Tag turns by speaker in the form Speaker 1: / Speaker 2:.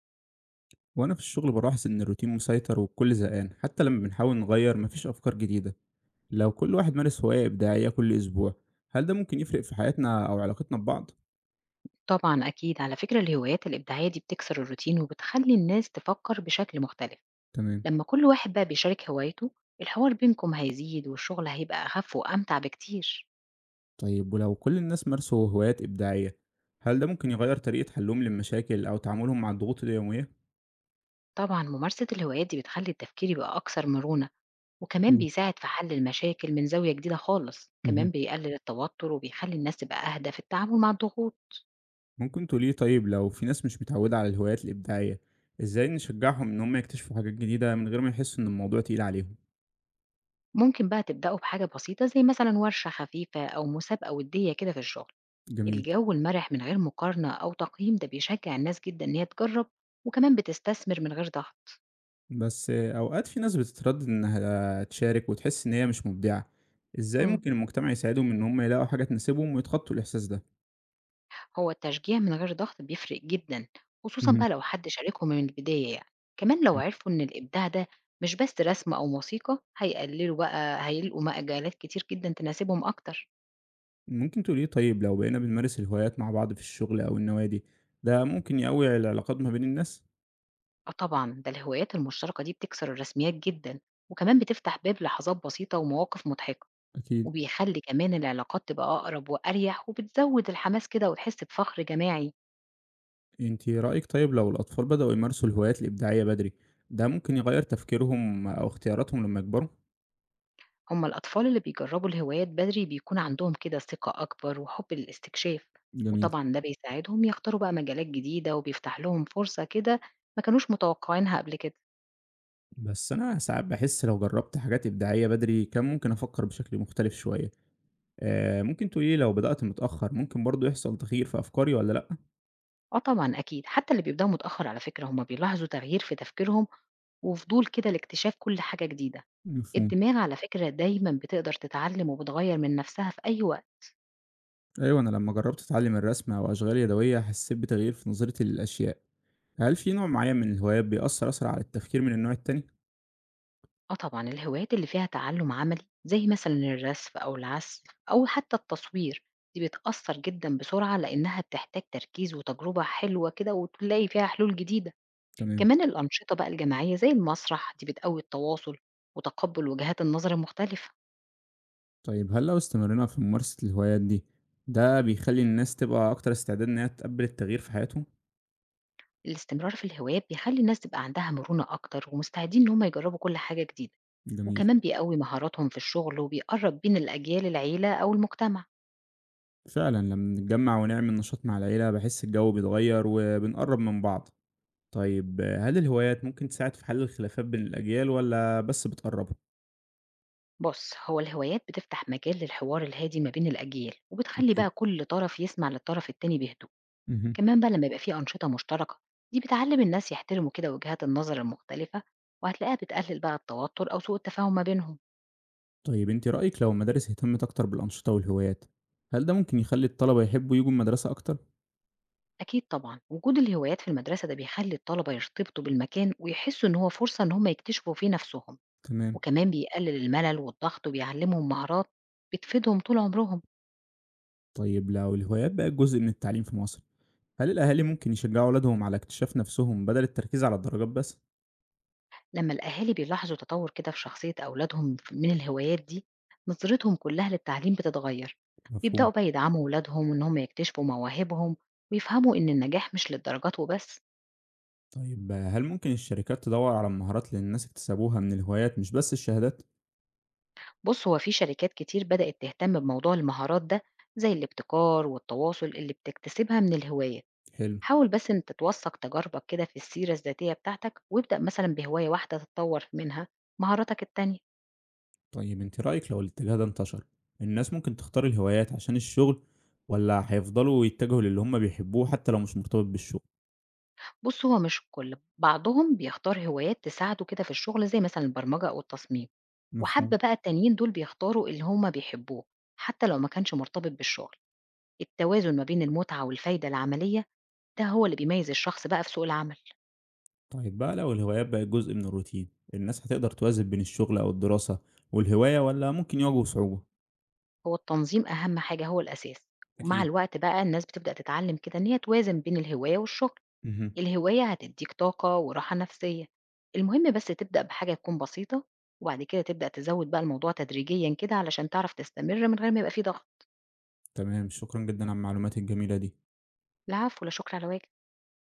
Speaker 1: وأنا في الشغل بلاحظ إن الروتين مسيطر والكل زهقان، حتى لما بنحاول نغير مفيش أفكار جديدة. لو كل واحد مارس هواية إبداعية كل أسبوع، هل ده ممكن يفرق في حياتنا أو علاقتنا ببعض؟
Speaker 2: طبعا أكيد، على فكرة الهوايات الإبداعية دي بتكسر الروتين وبتخلي الناس تفكر بشكل مختلف.
Speaker 1: تمام.
Speaker 2: لما كل واحد بقى بيشارك هوايته، الحوار بينكم هيزيد والشغل هيبقى أخف وأمتع بكتير.
Speaker 1: طيب ولو كل الناس مارسوا هوايات إبداعية، هل ده ممكن يغير طريقة حلهم للمشاكل أو تعاملهم مع الضغوط اليومية؟
Speaker 2: طبعا ممارسة الهوايات دي بتخلي التفكير يبقى أكثر مرونة، وكمان
Speaker 1: مم.
Speaker 2: بيساعد في حل المشاكل من زاوية جديدة خالص.
Speaker 1: مهم.
Speaker 2: كمان بيقلل التوتر وبيخلي الناس تبقى أهدى في التعامل مع الضغوط.
Speaker 1: ممكن تقولي، طيب لو في ناس مش متعودة على الهوايات الإبداعية، إزاي نشجعهم إن هم يكتشفوا حاجات جديدة من غير ما يحسوا إن الموضوع تقيل عليهم؟
Speaker 2: ممكن بقى تبدأوا بحاجة بسيطة زي مثلا ورشة خفيفة أو مسابقة ودية كده في الشغل.
Speaker 1: جميل.
Speaker 2: الجو المرح من غير مقارنة أو تقييم ده بيشجع الناس جدا إن هي تجرب، وكمان بتستثمر من غير ضغط.
Speaker 1: بس أوقات في ناس بتتردد إنها تشارك وتحس إن هي مش مبدعة، إزاي
Speaker 2: مم.
Speaker 1: ممكن المجتمع يساعدهم إن هم يلاقوا حاجة تناسبهم ويتخطوا الإحساس ده؟
Speaker 2: هو التشجيع من غير ضغط بيفرق جدا، خصوصا
Speaker 1: مهم.
Speaker 2: بقى لو حد شاركهم من البداية يعني. كمان لو عرفوا إن الإبداع ده مش بس رسم أو موسيقى، هيقللوا بقى هيلقوا مجالات كتير جدا تناسبهم أكتر.
Speaker 1: ممكن تقول إيه، طيب لو بقينا بنمارس الهوايات مع بعض في الشغل أو النوادي، ده ممكن يقوي العلاقات ما بين الناس؟
Speaker 2: أه طبعا، ده الهوايات المشتركة دي بتكسر الرسميات جدا، وكمان بتفتح باب لحظات بسيطة ومواقف مضحكة،
Speaker 1: أكيد.
Speaker 2: وبيخلّي كمان العلاقات تبقى أقرب وأريح، وبتزوّد الحماس كده وتحس بفخر جماعي.
Speaker 1: أنت رأيك، طيب لو الأطفال بدأوا يمارسوا الهوايات الإبداعية بدري، ده ممكن يغير تفكيرهم أو اختياراتهم لما يكبروا؟
Speaker 2: هم الأطفال اللي بيجرّبوا الهوايات بدري بيكون عندهم كده ثقة أكبر وحُب للاستكشاف،
Speaker 1: جميل.
Speaker 2: وطبعًا ده بيساعدهم يختاروا بقى مجالات جديدة وبيفتح لهم فرصة كده ما كانوش متوقعينها قبل كده.
Speaker 1: بس أنا ساعات بحس لو جربت حاجات إبداعية بدري كان ممكن أفكر بشكل مختلف شوية. ممكن تقولي لي، لو بدأت متأخّر، ممكن برضه يحصل تغيير في أفكاري والّا لأ؟
Speaker 2: آه طبعًا أكيد، حتى اللي بيبدأوا متأخر على فكرة هم بيلاحظوا تغيير في تفكيرهم وفضول كده لاكتشاف كل حاجة جديدة.
Speaker 1: مفهوم.
Speaker 2: الدماغ على فكرة دايمًا بتقدر تتعلم وبتغيّر من نَفْسها في أي وقت.
Speaker 1: أيوه، أنا لمّا جرّبت أتعلّم الرسم أو أشغال يدوية، حسّيت بتغيير في نظرتي للأشياء. هل في نوع معيّن من الهوايات بيأثّر أسرع على التفكير من النوع التاني؟
Speaker 2: آه طبعًا، الهوايات اللي فيها تعلُّم عملي زي مثلًا الرسم أو العزف أو حتى التصوير، دي بتأثّر جدًا بسرعة لإنها بتحتاج تركيز وتجربة حلوة كده وتلاقي فيها حلول جديدة.
Speaker 1: تمام.
Speaker 2: كمان الأنشطة بقى الجماعية زي المسرح دي بتقوّي التواصل وتقبُّل وجهات النظر المختلفة.
Speaker 1: طيب هل لو استمرينا في ممارسة الهوايات دي، ده بيخلّي الناس تبقى أكتر استعداد إنها تقبّل التغيير في حياتهم؟
Speaker 2: الاستمرار في الهوايات بيخلّي الناس تبقى عندها مرونة أكتر ومستعدين إن هم يجرّبوا كل حاجة جديدة،
Speaker 1: جميل.
Speaker 2: وكمان بيقوّي مهاراتهم في الشغل وبيقرّب بين الأجيال العيلة أو المجتمع.
Speaker 1: فعلًا لمّا نتجمّع ونعمل نشاط مع العيلة، باحس الجو بيتغيّر وبنقرّب من بعض. طيب هل الهوايات ممكن تساعد في حل الخلافات بين الأجيال والّا بس بتقرّبها؟
Speaker 2: بص هو الهوايات بتفتح مجال للحوار الهادي ما بين الأجيال وبتخلي
Speaker 1: أكيد.
Speaker 2: بقى كل طرف يسمع للطرف التاني بهدوء.
Speaker 1: اهم.
Speaker 2: كمان بقى لما يبقى فيه أنشطة مشتركة، دي بتعلم الناس يحترموا كده وجهات النظر المختلفة، وهتلاقيها بتقلل بقى التوتر أو سوء التفاهم ما بينهم.
Speaker 1: طيب أنتِ رأيِك، لو المدارس اهتمت أكتر بالأنشطة والهوايات، هل ده ممكن يخلّي الطلبة يحبوا ييجوا المدرسة أكتر؟
Speaker 2: أكيد طبعا، وجود الهوايات في المدرسة ده بيخلي الطلبة يرتبطوا بالمكان ويحسوا إن هو فرصة إن هم يكتشفوا فيه نفسهم،
Speaker 1: تمام.
Speaker 2: وكمان بيقلل الملل والضغط وبيعلمهم مهارات بتفيدهم طول عمرهم.
Speaker 1: طيب لو الهوايات بقت جزء من التعليم في مصر، هل الأهالي ممكن يشجعوا ولادهم على اكتشاف نفسهم بدل التركيز على الدرجات بس؟
Speaker 2: لما الأهالي بيلاحظوا تطور كده في شخصية أولادهم من الهوايات دي، نظرتهم كلها للتعليم بتتغير. بيبدأوا
Speaker 1: مفهوم.
Speaker 2: بقى يدعموا أولادهم إن هم يكتشفوا مواهبهم ويفهموا إن النجاح مش للدرجات وبس.
Speaker 1: طيب آه، هل ممكن الشركات تدوّر على المهارات اللي الناس اكتسبوها من الهوايات مش بس الشهادات؟
Speaker 2: بص هو في شركات كتير بدأت تهتم بموضوع المهارات ده، زي الابتكار والتواصل اللي بتكتسبها من الهواية.
Speaker 1: حلو.
Speaker 2: حاول بس إن تتوثق تجاربك كده في السيرة الذاتية بتاعتك، وابدأ مثلا بهواية واحدة تتطور منها مهاراتك التانية.
Speaker 1: طيب أنتِ رأيِك، لو الاتجاه ده انتشر، الناس ممكن تختار الهوايات عشان الشغل والّا هيفضلوا يتجهوا للي هم بيحبوه حتى لو مش مرتبط بالشغل؟
Speaker 2: بُص هو مش الكل، بعضهم بيختار هوايات تساعده كده في الشغل زي مثلًا البرمجة أو التصميم،
Speaker 1: مفهوم.
Speaker 2: وحبة بقى التانيين دول بيختاروا اللي هُم بيحبوه، حتى لو ما كانش مرتبط بالشغل. التوازن ما بين المتعة والفايدة العملية ده هو اللي بيميز الشخص بقى في سوق العمل.
Speaker 1: طيب بقى لو الهوايات بقت جزء من الروتين، الناس هتقدر توازن بين الشغل أو الدراسة والهواية ولا ممكن يواجهوا صعوبة؟
Speaker 2: هو التنظيم أهم حاجة، هو الأساس، ومع
Speaker 1: أكيد.
Speaker 2: الوقت بقى الناس بتبدأ تتعلم كده إن هي توازن بين الهواية والشغل.
Speaker 1: مهم.
Speaker 2: الهواية هتديك طاقة وراحة نفسية، المهم بس تبدأ بحاجة تكون بسيطة، وبعد كده تبدأ تزود بقى الموضوع تدريجيا كده علشان تعرف تستمر من غير ما يبقى فيه ضغط.
Speaker 1: تمام، شكرا جدا على المعلومات الجميلة دي.
Speaker 2: العفو، لا عفو ولا شكر على واجب.